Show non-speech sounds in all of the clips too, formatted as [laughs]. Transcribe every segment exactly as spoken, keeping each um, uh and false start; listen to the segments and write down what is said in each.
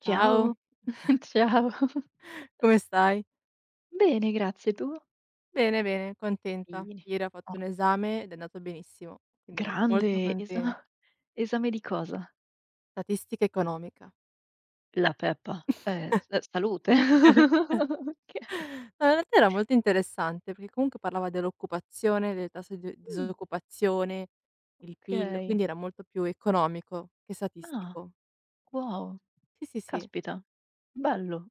Ciao, Ciao, [laughs] ciao. [laughs] [laughs] come stai? Bene, grazie, tu? Bene, bene, contenta. Bene. Ieri ho Oh, fatto un esame ed è andato benissimo, quindi molto grande conten esa esame di cosa? statistica economica. La Peppa, eh, s salute. [laughs] [laughs] Okay. No, in realtà era molto interessante perché comunque parlava dell'occupazione, del tasso di Mh, disoccupazione, il PIL, okay. quindi era molto più economico che Ah, statistico. wow, Sì, sì, sì, caspita, bello.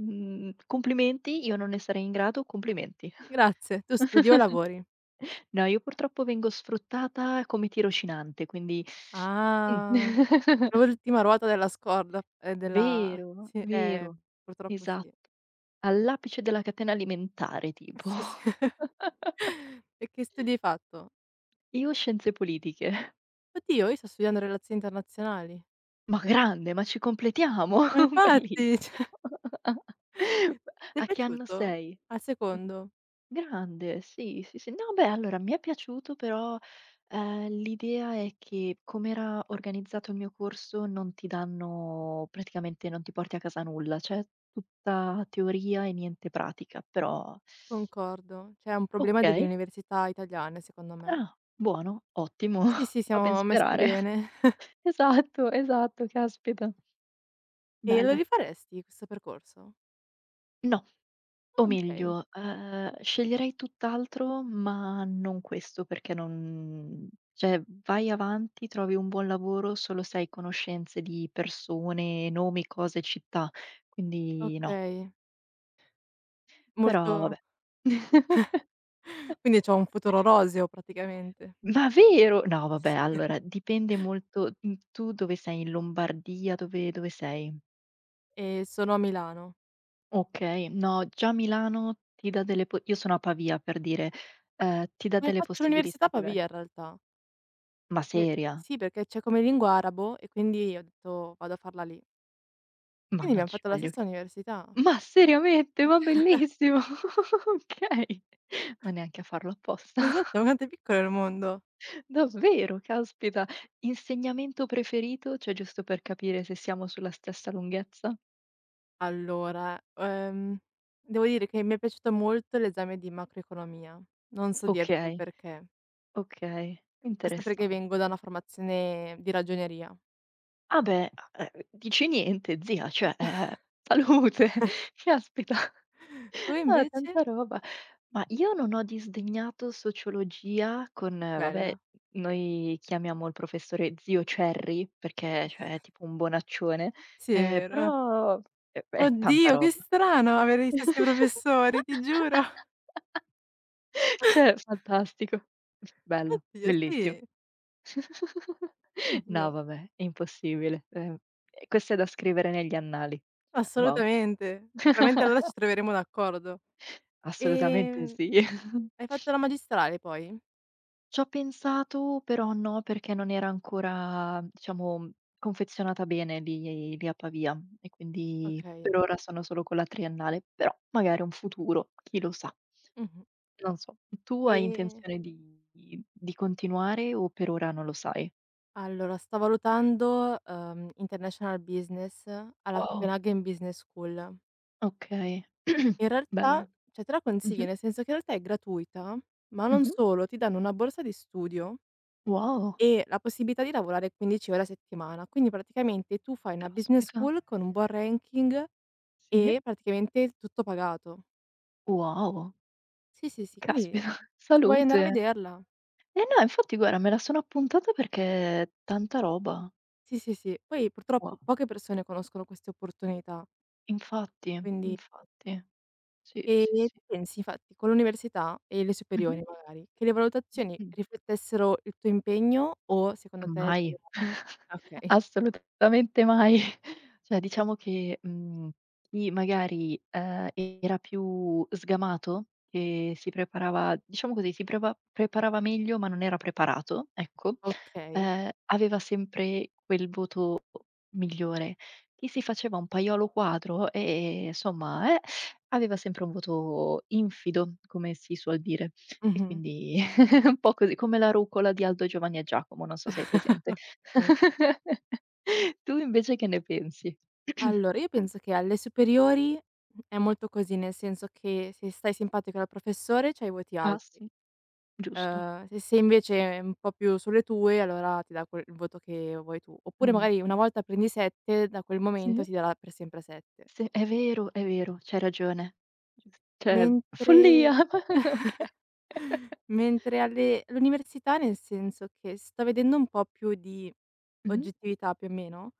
Mhmm, complimenti, io non ne sarei in grado, complimenti. [laughs] grazie. Tu studi o lavori? No, io purtroppo vengo sfruttata come tirocinante, quindi mh. Ah, [laughs] l'ultima ruota della scorda, ehm, della Vero, sì, eh, vero, purtroppo esatto. sì. All'apice della catena alimentare tipo. Sì, sì. [laughs] [laughs] [laughs] E che studi hai fatto? Io scienze politiche. "Oddio, io sto studiando relazioni internazionali". Ma grande, ma ci completiamo, Ma [laughs] infatti, [laughs] cioè bellissimo. [laughs] ti è A che anno piaciuto? sei? Al Mh, secondo? grande, sì, sì, sì. No, beh, allora mi è piaciuto, però ehm, l'idea è che com'era organizzato il mio corso non ti danno, praticamente non ti porti a casa nulla, cioè tutta teoria e niente pratica, però Concordo. Cioè è un problema delle okay. università italiane secondo me. Ah, buono, ottimo, Sì, [laughs] sì, fa ben siamo messi sperare. bene. Esatto, esatto, caspita. E lo Bello. rifaresti questo percorso? No, o Ah, okay, meglio, ehm, sceglierei tutt'altro, ma non questo, perché non, cioè, vai avanti, trovi un buon lavoro solo se hai conoscenze di persone, nomi, cose, città. Quindi no. okay. Però vabbè. Molto [laughs] [laughs] quindi c'ho un futuro roseo praticamente. Ma vero? No vabbè, allora [laughs] Sì. dipende molto, mhmm, tu dove sei, in Lombardia, dove dove sei? E sono a Milano. Okay, no, già Milano ti dà delle po io sono a Pavia per dire, ehm, ti dà Ma delle faccio l'università possibilità a diver Pavia in realtà. ma Perché seria? sì, perché c'è come lingua arabo e quindi ho detto: "Vado a farla lì". Ma Quindi non abbiam ci fatto la voglio stessa università. [laughs] ma seriamente? Ma bellissimo! [laughs] Okay, ma neanche a farlo apposta. Esatto, ma [laughs] quanto è piccolo il mondo. Davvero, caspita. Insegnamento preferito? Cioè giusto per capire se siamo sulla stessa lunghezza? Allora, ehm, devo dire che mi è piaciuto molto l'esame di macroeconomia. Non so dirti il Okay, perché. okay, Forse perché vengo interessante. da una formazione di ragioneria. Ah beh, a ehm, dici niente zia, cioè, eh, salute, [laughs] caspita. Tu [laughs] Ah, invece? tanta roba. Ma io non ho disdegnato sociologia con eh, vabbè, Bella. noi chiamiamo il professore zio Cerri, perché cioè è tipo un bonaccione, Sì, ehm, è vero. però è è tanta Oddio, che roba. strano avere gli stessi professori, ti giuro. [laughs] Cioè fantastico. [laughs] Bello, Oddio, bellissim sì. [laughs] No Oddio. vabbè, è impossibile. Ehm, e questo è da scrivere negli annali. Cioè, wow. Assolutamente. [laughs] Veramente allora ci troveremo d'accordo. Assolutamente Ehm, sì. Hai [laughs] fatto la magistrale poi? C'ho pensato, però no, perché non era ancora, diciamo, confezionata bene lì lì a Pavia e quindi Okay. per ora sono solo con la triennale, però magari un futuro, chi lo sa. Mh-mh. Non so, tu hai Ehm, intenzione di di continuare o per ora non lo sai? allora sto valutando, uhm, International Business alla Wow, Copenaghen Business School. okay. In [clears throat] realtà Bello. cioè te la consiglio, Mh-mh, nel senso che in realtà è gratuita, ma non mh-mh. solo, ti danno una borsa di studio Wow, e la possibilità di lavorare quindici ore a settimana. Quindi praticamente tu fai una business caspita. school con un buon ranking Sì. e praticamente tutto pagato. Wow, Sì, sì, sì, caspita. quindi [laughs] se vuoi andare Salute. a vederla. Eh no, infatti guarda, me la sono appuntata perché è tanta roba. Sì, sì, sì. Poi purtroppo Wow. poche persone conoscono queste opportunità, Infatti, quindi infatti. Sì, e sì, tu sì. pensi infatti con l'università e le Mh-mh. superiori magari, che le valutazioni Mh-mh. riflettessero il tuo impegno o secondo te sono Mai, [laughs] okay, assolutamente mai. [laughs] Cioè diciamo che, mhmm, chi magari, ehm, era più sgamato, che si preparava, diciamo così, si preva preparava meglio, ma non era preparato, ecco, okay. ehm, aveva sempre quel voto migliore. Chi si faceva un paiolo quadro e insomma, eh, aveva sempre un voto infido, come si suol dire. E Mh-mh. quindi un po' così, come la rucola di Aldo, Giovanni e Giacomo, non so se hai presente. [laughs] Okay. [laughs] Tu invece che ne pensi? [clears throat] Allora, io penso che alle superiori è molto così, nel senso che se stai simpatico al professore c'hai i voti Ah alti. sì, giusto. Uhm, se sei invece un po' più sulle tue, allora ti dà quel il voto che vuoi tu. Oppure Mh. magari una volta prendi sette, da quel momento Sì. ti darà per sempre sette. Sì, è vero, è vero, c'hai ragione. Giusto. Cioè, follia. Mentre [laughs] [laughs] Okay. mentre alle all'università, nel senso che sto vedendo un po' più di Mh-mh, oggettività, più o meno,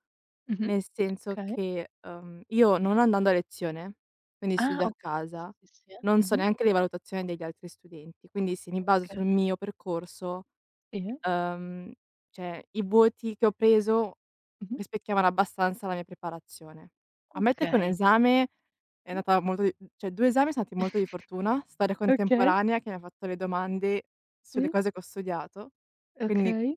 mh-mh. nel senso Okay. che, uhm, io non andando a lezione, quindi Ah studio a okay, sì, casa, sì, sì. non so Mh-mh. neanche le valutazioni degli altri studenti, quindi se mi baso Okay. sul mio percorso, Sì. uhm, cioè i voti che ho preso Mh-mh. rispecchiavano abbastanza la mia preparazione. Ammetto che un Okay. esame è andata molto di cioè due esami sono andati [laughs] molto di Mh. fortuna, storia Okay, contemporanea che mi ha fatto le domande sulle sì, cose che ho studiato, quindi okay.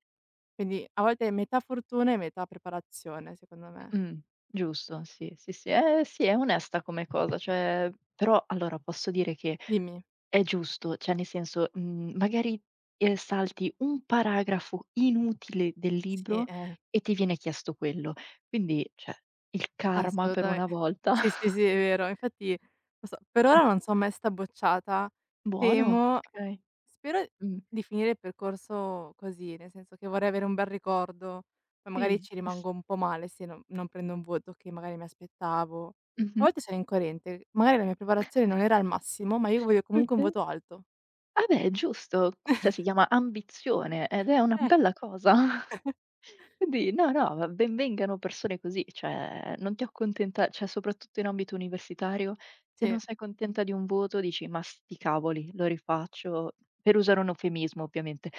quindi a volte è metà fortuna e metà preparazione secondo me. Mh-mh. Giusto, sì, sì, sì. Eh, sì, è onesta come cosa, cioè, però allora posso dire che Dimmi. è giusto, cioè nel senso, mhmm, magari, ehm, salti un paragrafo inutile del Sì, libro eh. e ti viene chiesto quello. Quindi, cioè, il karma per Assolutamen una volta. sì, sì, sì, [laughs] è vero. Infatti non so, per Mh. ora non so mai 'sta bocciata. Buono, Temo okay. spero Mh. di finire il percorso così, nel senso che vorrei avere un bel ricordo, poi magari Sì, ci sì, s rimango un po' male se non non prendo un voto che magari mi aspettavo. A mh-mh. volte sono incoerente, magari la mia preparazione non era al massimo, ma io voglio comunque un Okay. voto alto. Ah beh, giusto. Questa si chiama ambizione ed è una Eh. bella cosa. Quindi no, no, ma ben vengano persone così, cioè non ti accontenta, cioè soprattutto in ambito universitario, se non Sì, sei contenta di un voto dici: "Ma sti cavoli, lo rifaccio", per usare un eufemismo, ovviamente,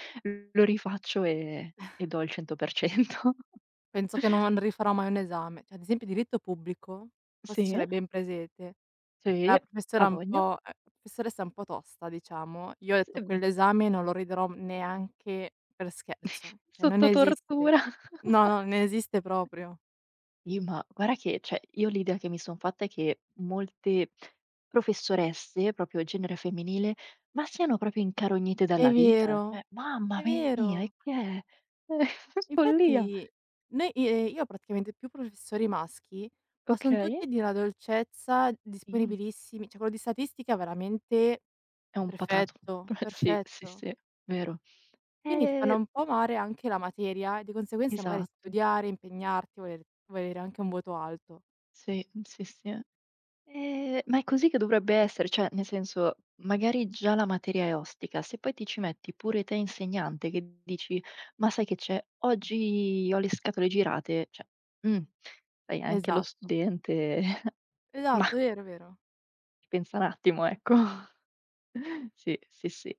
"lo rifaccio e e do il cento per cento". [laughs] penso che non rifarò mai un esame. Cioè, ad esempio diritto pubblico, forse ce Sì, l'hai ben presente. sì, La a professora un voglia. po' ehm, professoressa un po' tosta diciamo, io ho Sì, detto: "Quell'esame non lo riderò neanche per scherzo, [laughs] cioè non sotto esiste." tortura. No, no, non esiste proprio. Ih, ma guarda che, cioè, io l'idea che mi son fatta è che molte professoresse, proprio genere femminile, ma siano proprio incarognite È dalla vita, vero, cioè mamma è mia, e vero. che è? [laughs] Eh, follia. Infatti noi i ehm, io ho praticamente più professori maschi, ma son Okay, tutti di una dolcezza, sì, disponibilissimi, cioè quello di statistica veramente è un patato. perfetto, [laughs] Sì, sì, perfetto. sì, vero. Quindi ti fanno Eh, un po' amare anche la materia e di conseguenza magari esatto. studiare, impegnarti, voler volere anche un voto alto. Sì, sì, sì. Ehm, ma è così che dovrebbe essere, cioè nel senso, magari già la materia è ostica, se poi ti ci metti pure te insegnante che dici: "Ma sai che c'è? Oggi ho le scatole girate", cioè, mh, sai anche lo Esatto, studente, [laughs] mah, esatto, vero, vero. pensa un attimo, ecco. [laughs] Sì, sì, sì.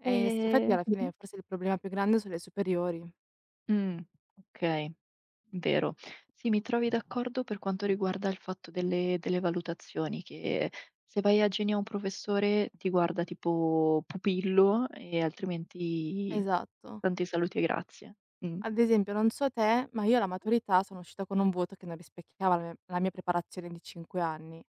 E s infatti Ehm alla mh-mh. fine forse il problema più grande sono le superiori. Mh, okay, vero. Sì, mi trovi d'accordo per quanto riguarda il fatto delle delle valutazioni, che se vai a genio a un professore ti guarda tipo pupillo, e altrimenti Esatto. tanti saluti e grazie. Mh. Ad esempio non so te, ma io alla Mh-mh. maturità sono uscita con un voto che non rispecchiava la mia la mia preparazione di cinque anni.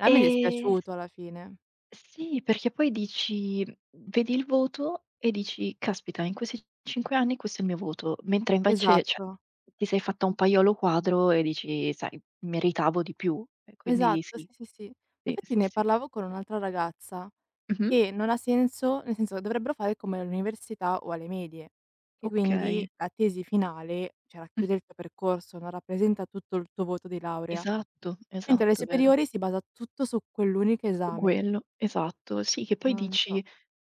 A me è Ehm dispiaciuto alla fine. Sì, perché poi dici, vedi il voto e dici: "Caspita, in questi 5 anni questo è il mio voto", mentre invece, cioè, Esatto. ti sei fatta un paiolo quadro e dici: "Sai, meritavo di più". E quindi Esatto, sì, sì. sì, sì. Sì, Infatti sì, ne sì. parlavo con un'altra ragazza, Mh-mh. che non ha senso nel senso che dovrebbero fare come all'università o alle medie, che quindi Okay. la tesi finale, cioè Mh. racchiude il tuo percorso, non rappresenta tutto il tuo voto di laurea, Esatto, mentre alle esatto, vero. superiori si basa tutto su quell'unico esame. Quello, esatto. Sì, che poi Non so. dici,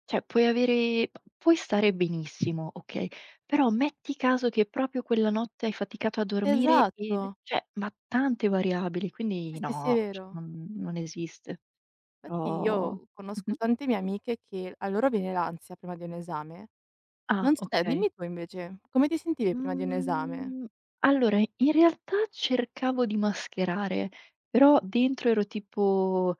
cioè, puoi avere p puoi stare benissimo, okay, però metti caso che proprio quella notte hai faticato a dormire e Esatto. cioè, ma tante variabili, quindi Sì, sì, sì, è no, cioè vero. non non esiste. Infatti Però io mh-mh. conosco tante mie amiche che a loro viene l'ansia prima di un esame. Ah, Non so te, okay. dimmi tu invece, come ti sentivi prima di un esame? Mhmm, allora in realtà cercavo di mascherare, però dentro ero tipo.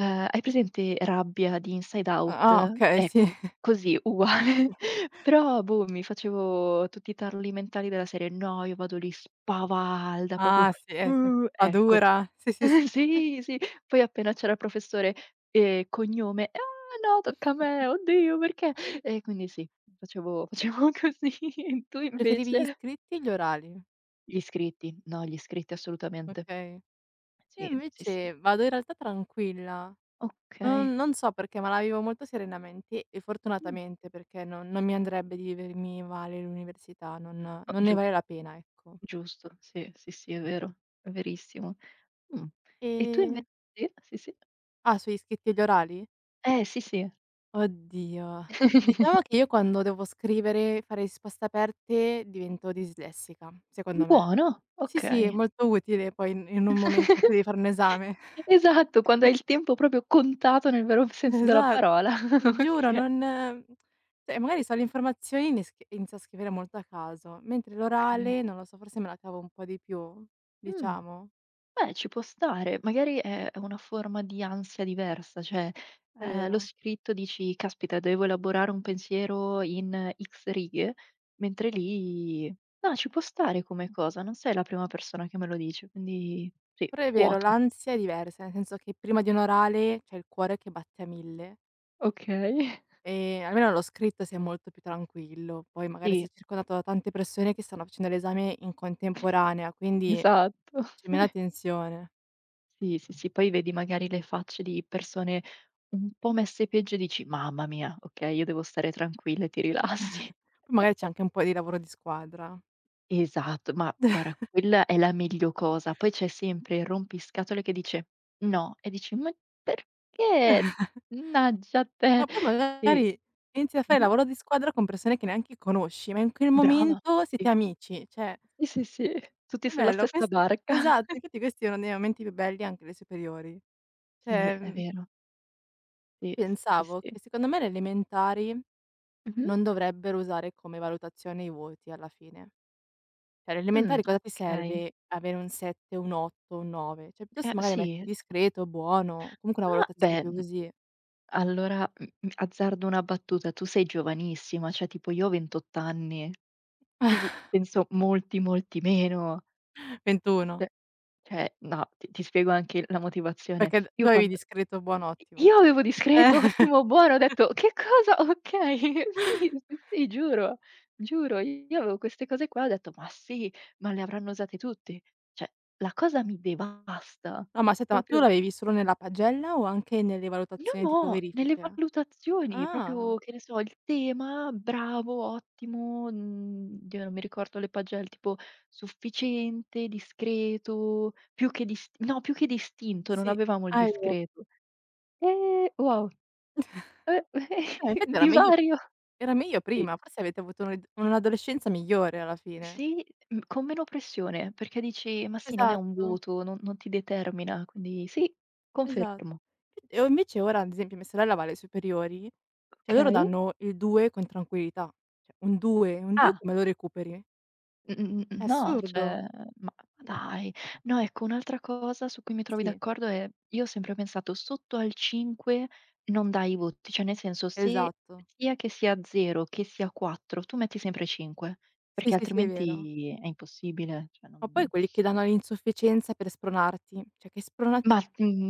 Ehm, hai presente Rabbia di Inside Out? Ah, ah, okay, sì. Ecco, così, [laughs] uguale. Però, boh, mi facevo tutti i tarli mentali della serie: "No, io vado lì spavalda, proprio Ah, sì, eh, sì. uh", La ecco. dura. Sì, sì, sì. [laughs] Sì, sì, poi appena c'era il professore, ehm, cognome: "Ah no, tocca a me, [laughs] oddio perché?" E quindi sì, facevo [laughs] facevo così. Tu Preferivi gli invece? scritti e gli orali. Gli iscritti, no, gli iscritti assolutamente. Okay. Sì, Io sì, sì. invece vado in realtà tranquilla. Non Okay. non so perché, ma la vivo molto serenamente e Mh, fortunatamente perché non non mi andrebbe di vivermi male l'università, non oh, non ne giu vale la pena, ecco. giusto, sì, sì, sì, è vero, è verissimo. Mh. E tu inve Ehm sì, sì, sì. ah, sugli scritti e gli orali? Eh, sì, sì. Oddio. Diciamo [laughs] che io quando devo scrivere, fare risposte aperte divento dislessica, secondo me. Buono, Sì, sì, è okay. molto utile poi in in un momento in cui devi fare un esame. Esatto, quando hai il tempo proprio contato, nel vero [laughs] senso della Esa parola. ti giuro, [laughs] non cioè magari so le informazioni, e ne sch inizio a scrivere molto a caso, mentre Okay, okay. l'orale, non lo so, forse me la cavo un po' di più, Mh. diciamo. Beh, ci può stare, magari è è una forma di ansia diversa, cioè, È ehm, lo vero. scritto dici: "Caspita, devo elaborare un pensiero in X righe", mentre lì no, ci può stare come cosa, non sei la prima persona che me lo dice, quindi sì, Però è vero, quoto. l'ansia è diversa, nel senso che prima di un orale c'è il cuore che batte a mille. Okay. [laughs] Ehm, almeno lo scritto si è molto più tranquillo. Poi magari Sì, sei circondato da tante persone che stanno facendo l'esame in contemporanea, quindi esatto. c'è meno tensione. Sì, sì, sì, poi vedi magari le facce di persone un po' messe peggio e dici: "Mamma mia, okay, io devo stare tranquilla e ti rilassi." Poi magari c'è anche un po' di lavoro di squadra. Esatto, ma guarda, quella è la meglio cosa. Poi c'è sempre il rompiscatole che dice: "No" e dici: "Ma perché? Mannaggia a te". Ma poi Sì. magari inizi a fare Mh-mh. lavoro di squadra con persone che neanche conosci, ma in quel Brava. momento siete Sì. amici. Cioè, Sì, sì, sì. Tutti è sulla bello stessa questi barca. esatto, [laughs] infatti questi è uno dei momenti più belli anche alle superiori. Sì, Cioè, è mhmm, vero. Sì, sì, pensavo sì. che secondo me le elementari Mh-mh. non dovrebbero usare come valutazione i voti alla fine. Cioè, alle Mh, elementari cosa ti okay. serve avere un sette, un otto, un nove? Cioè, piuttosto Eh, magari metti sì. discreto, buono, comunque una Ah, beh, valutazione più mhmm, così. allora, mhmm, mhmm, azzardo una battuta. Tu sei giovanissima, cioè tipo io ho 28 anni, tu [laughs] penso molti, molti meno. Cioè ventuno, cioè no, ti ti spiego anche la motivazione. perché d Io tu avevi quando discreto, buono, ottimo. io avevo Eh. discreto, [laughs] ottimo, buono, ho detto: "Che cosa? [laughs] Okay, sì, sì, sì, giuro, giuro." Io avevo queste cose qua, ho detto: "Ma sì, ma le avranno usate tutti." Cioè, la cosa mi devasta, No, ma aspetta, ma tu proprio. l'avevi solo nella pagella o anche nelle No, valutazioni tipo no, nelle verifiche? valutazioni, proprio Ah, che ne so, il tema, bravo, ottimo, mhmm, oddio non mi ricordo le pagelle, tipo sufficiente, discreto, più che dis no, più che distinto, non sì. avevamo il Ah, è vero. discreto. Eh, wow, eh, Eh, [laughs] infatti era meglio divario. era meglio Sì, prima, forse avete avuto un'ed un'adolescenza migliore alla fine. sì, mhmm, con meno pressione, perché dici: "Ma sì, non è un Esatto. voto, non non ti determina", quindi sì, Esatto. confermo. E o invece ora, ad esempio, mia sorella va alle superiori, cioè loro Okay. danno il due con tranquillità. Cioè un due, un due Ah. come lo recuperi? Mh, mh, mh, mh, È no, assurdo. cioè, ma Mh, dai. No, ecco, un'altra cosa su cui mi trovi sì, d'accordo è io ho sempre pensato sotto al cinque non dai i voti, cioè nel senso, se esatto. sia che sia zero che sia quattro, tu metti sempre cinque, Sì, perché sì, sì, è vero. altrimenti è impossibile, cioè Ma poi non quelli che danno l'insufficienza per spronarti, cioè che sprona ma,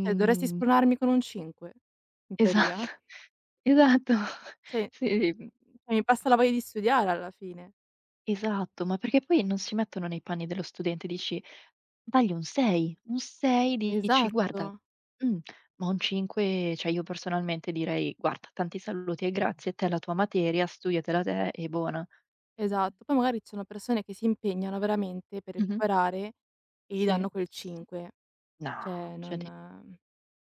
cioè dovresti spronarmi con un cinque in esatto, teoria? [laughs] esatto, Cioè, sì, mhmm, cioè mi passa la bah, voglia di studiare alla fine. esatto, ma perché poi non si mettono nei panni dello studente, dici: Dagli un sei, un sei dici: "Guarda", Esatto. mh, ma un cinque, cioè io personalmente direi: "Guarda, tanti saluti e grazie, te la tua materia, studiatela te e buona." Ehm, Esatto, poi magari ci sono persone che si impegnano veramente per mh-mh, recuperare e gli sì, danno quel sì, sì. cinque, No, cioè cioè ti non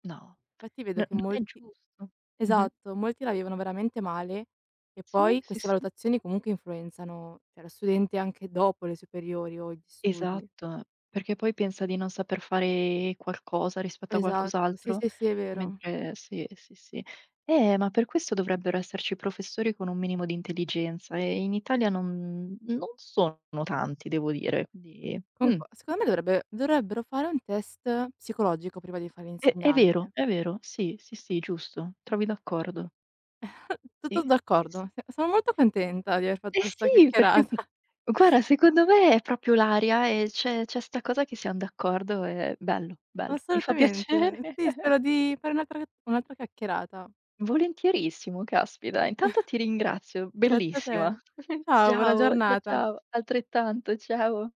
no, infatti vedo n che non è molti giusto. Mh-mh. esatto, molti la vivono veramente male e Sì, poi sì, queste sì. valutazioni comunque influenzano, cioè, lo studente anche dopo le superiori o gli studi. Esatto, perché poi pensa di non saper fare qualcosa rispetto a Esatto, sì, qualcos'altro, sì, sì, è vero. mentre sì, sì, sì. Eh, ma per questo dovrebbero esserci professori con un minimo di intelligenza, e in Italia non non sono tanti, devo dire, quindi mh, Conco secondo me dovrebbe dovrebbero fare un test psicologico prima di fare è è vero, l'insegnante. è vero, sì, sì, sì, giusto, trovi d'accordo. [laughs] Tutto Sì, sì, sì. d'accordo, s sono molto contenta di aver fatto Eh questa sì, perché chiacchierata. guarda, [laughs] secondo me è proprio l'aria e c'è c'è 'sta cosa che siam d'accordo, è bello, bello, mi fa piacere. Assolutamente. Sì, spero [laughs] di fare un'altra un'altra chiacchierata. Volentierissimo, caspita. Intanto ti ringrazio, Grazie a bellissima. te. [laughs] Ciao, buona Ciao, cia giornata. ciao, altrettanto, ciao.